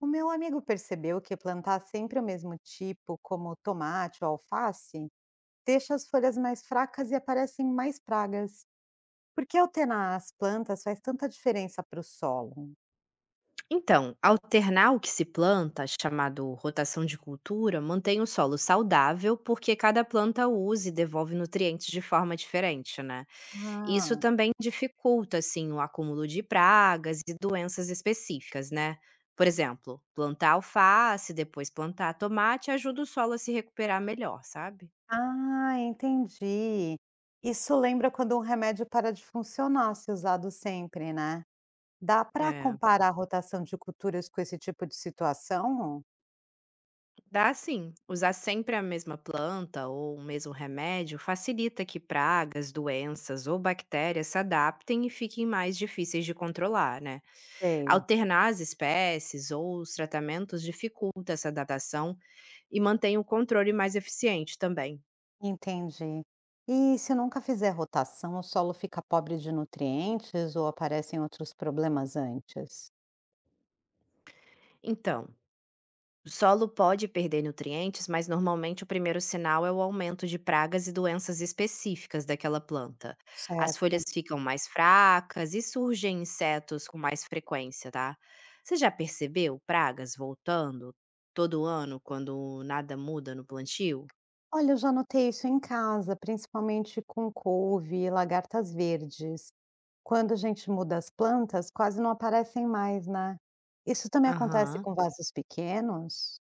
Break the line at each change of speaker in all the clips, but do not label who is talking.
O meu amigo percebeu que plantar sempre o mesmo tipo, como tomate ou alface, deixa as folhas mais fracas e aparecem mais pragas. Por que alternar as plantas faz tanta diferença para o solo?
Então, alternar o que se planta, chamado rotação de cultura, mantém o solo saudável porque cada planta usa e devolve nutrientes de forma diferente, né? Isso
Ah,
também dificulta, assim, o acúmulo de pragas e doenças específicas, né? Por exemplo, plantar alface, depois plantar tomate ajuda o solo a se recuperar melhor, sabe?
ah, entendi. Isso lembra quando um remédio para de funcionar se usado sempre, né? Dá para
É.
comparar a rotação de culturas com esse tipo de situação?
Dá sim. Usar sempre a mesma planta ou o mesmo remédio facilita que pragas, doenças ou bactérias se adaptem e fiquem mais difíceis de controlar, né?
Sei.
Alternar as espécies ou os tratamentos dificulta essa adaptação e mantém o controle mais eficiente também.
Entendi. E se nunca fizer rotação, o solo fica pobre de nutrientes ou aparecem outros problemas antes?
Então, o solo pode perder nutrientes, mas normalmente o primeiro sinal é o aumento de pragas e doenças específicas daquela planta. As
Certo.
folhas ficam mais fracas e surgem insetos com mais frequência, tá? Você já percebeu pragas voltando todo ano quando nada muda no plantio?
Olha, eu já notei isso em casa, principalmente com couve e lagartas verdes. Quando a gente muda as plantas, quase não aparecem mais, né? Isso também acontece
Aham.
com vasos pequenos?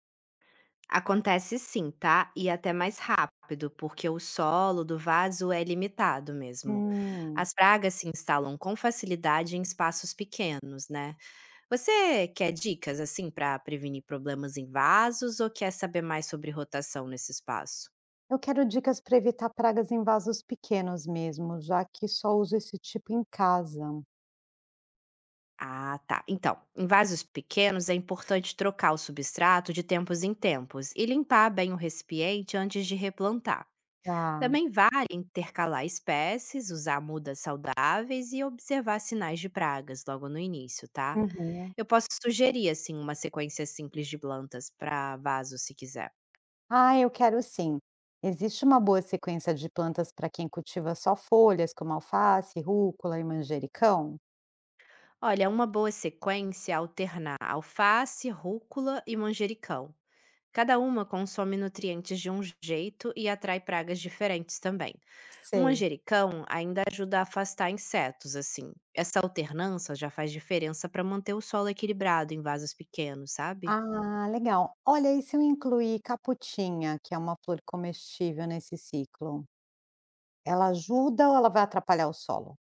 Acontece sim, tá? E até mais rápido, porque o solo do vaso é limitado mesmo.
Hum,
As pragas se instalam com facilidade em espaços pequenos, né? Você quer dicas assim para prevenir problemas em vasos ou quer saber mais sobre rotação nesse espaço?
eu quero dicas para evitar pragas em vasos pequenos mesmo, já que só uso esse tipo em casa.
Ah, tá. Então, em vasos pequenos é importante trocar o substrato de tempos em tempos e limpar bem o recipiente antes de replantar.
Tá.
Também vale intercalar espécies, usar mudas saudáveis e observar sinais de pragas logo no início, tá?
Uhum.
Eu posso sugerir, assim, uma sequência simples de plantas para vaso, se quiser.
Ah, eu quero sim. Existe uma boa sequência de plantas para quem cultiva só folhas, como alface, rúcula e manjericão?
Olha, uma boa sequência é alternar alface, rúcula e manjericão. Cada uma consome nutrientes de um jeito e atrai pragas diferentes também. Um
Sei.
manjericão ainda ajuda a afastar insetos, assim. Essa alternância já faz diferença para manter o solo equilibrado em vasos pequenos, sabe?
Ah, legal. Olha, e se eu incluir caputinha, que é uma flor comestível nesse ciclo? Ela ajuda ou ela vai atrapalhar o solo?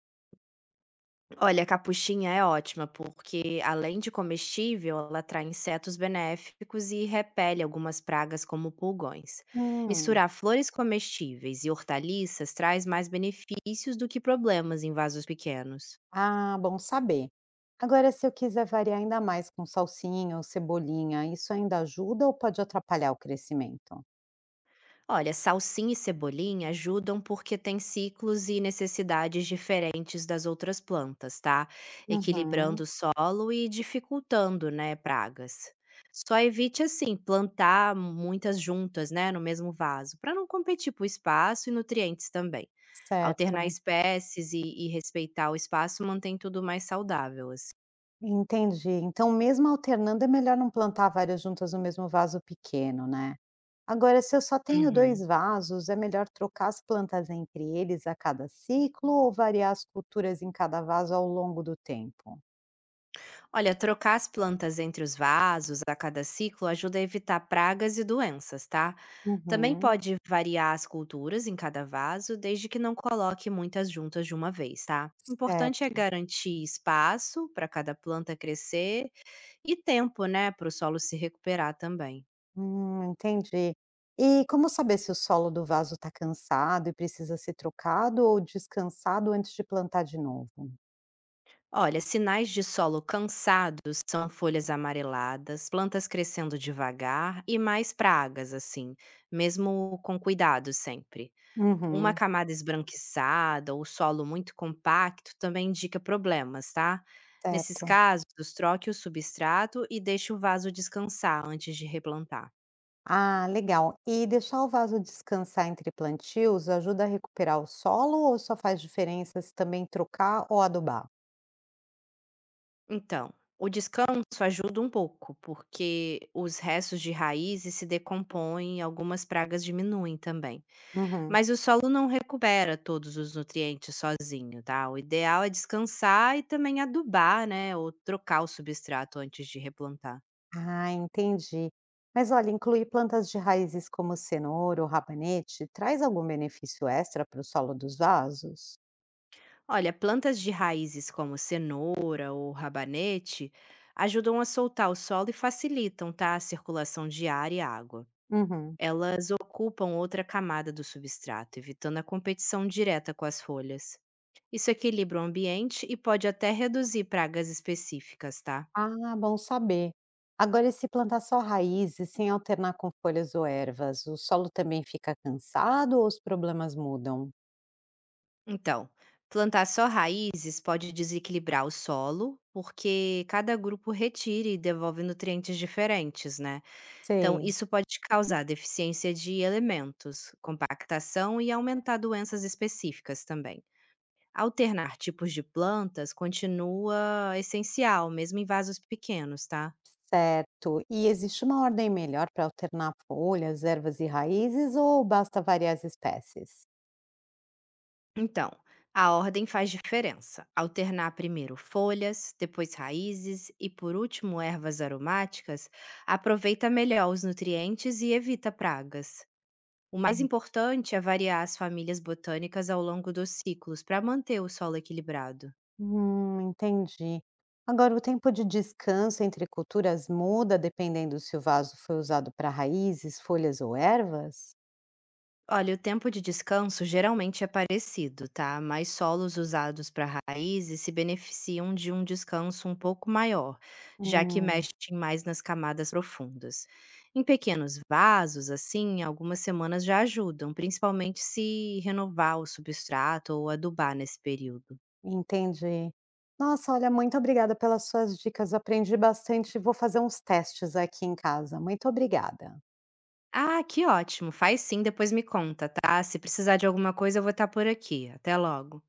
Olha, a capuchinha é ótima porque, além de comestível, ela atrai insetos benéficos e repele algumas pragas como pulgões.
Hum,
Misturar flores comestíveis e hortaliças traz mais benefícios do que problemas em vasos pequenos.
ah, bom saber. Agora, se eu quiser variar ainda mais com salsinha ou cebolinha, isso ainda ajuda ou pode atrapalhar o crescimento?
Olha, salsinha e cebolinha ajudam porque têm ciclos e necessidades diferentes das outras plantas, tá?
Uhum.
Equilibrando o solo e dificultando, né, pragas. Só evite assim plantar muitas juntas, né, no mesmo vaso, para não competir por espaço e nutrientes também. Alternar
Certo.
espécies e respeitar o espaço mantém tudo mais saudável, assim.
Entendi. Então, mesmo alternando, é melhor não plantar várias juntas no mesmo vaso pequeno, né? Agora, se eu só tenho dois
Uhum.
vasos, é melhor trocar as plantas entre eles a cada ciclo ou variar as culturas em cada vaso ao longo do tempo?
Olha, trocar as plantas entre os vasos a cada ciclo ajuda a evitar pragas e doenças, tá? Também
Uhum,
pode variar as culturas em cada vaso, desde que não coloque muitas juntas de uma vez, tá? O importante é
certo.
garantir espaço para cada planta crescer e tempo, né, para o solo se recuperar também.
Entendi. E como saber se o solo do vaso está cansado e precisa ser trocado ou descansado antes de plantar de novo?
Olha, sinais de solo cansado são folhas amareladas, plantas crescendo devagar e mais pragas, assim, mesmo com cuidado sempre. Uma
Uhum,
camada esbranquiçada ou solo muito compacto também indica problemas, tá? Nesses
certo.
casos, troque o substrato e deixe o vaso descansar antes de replantar.
Ah, legal. E deixar o vaso descansar entre plantios ajuda a recuperar o solo ou só faz diferença se também trocar ou adubar?
Então, o descanso ajuda um pouco, porque os restos de raízes se decompõem e algumas pragas diminuem também.
Uhum.
Mas o solo não recupera todos os nutrientes sozinho, tá? O ideal é descansar e também adubar, né? Ou trocar o substrato antes de replantar.
Ah, entendi. Mas olha, incluir plantas de raízes como cenoura ou rabanete traz algum benefício extra para o solo dos vasos?
Olha, plantas de raízes como cenoura ou rabanete ajudam a soltar o solo e facilitam, tá, a circulação de ar e água.
Uhum.
Elas ocupam outra camada do substrato, evitando a competição direta com as folhas. Isso equilibra o ambiente e pode até reduzir pragas específicas, tá?
Ah, bom saber. Agora, e se plantar só raízes sem alternar com folhas ou ervas, o solo também fica cansado ou os problemas mudam?
Então, plantar só raízes pode desequilibrar o solo, porque cada grupo retira e devolve nutrientes diferentes, né? Então,
Sei.
isso pode causar deficiência de elementos, compactação e aumentar doenças específicas também. Alternar tipos de plantas continua essencial, mesmo em vasos pequenos, tá?
Certo. E existe uma ordem melhor para alternar folhas, ervas e raízes ou basta variar as espécies?
Então, a ordem faz diferença. Alternar primeiro folhas, depois raízes e, por último, ervas aromáticas aproveita melhor os nutrientes e evita pragas. O mais importante é variar as famílias botânicas ao longo dos ciclos para manter o solo equilibrado.
Entendi. Agora, o tempo de descanso entre culturas muda dependendo se o vaso foi usado para raízes, folhas ou ervas?
Olha, o tempo de descanso geralmente é parecido, tá? Mas solos usados para raízes se beneficiam de um descanso um pouco maior, já que
Hum,
mexem mais nas camadas profundas. Em pequenos vasos, assim, algumas semanas já ajudam, principalmente se renovar o substrato ou adubar nesse período.
entendi. Nossa, olha, muito obrigada pelas suas dicas. Aprendi bastante e vou fazer uns testes aqui em casa. Muito obrigada.
Ah, que ótimo! Faz sim, depois me conta, tá? Se precisar de alguma coisa, eu vou estar por aqui. Até logo.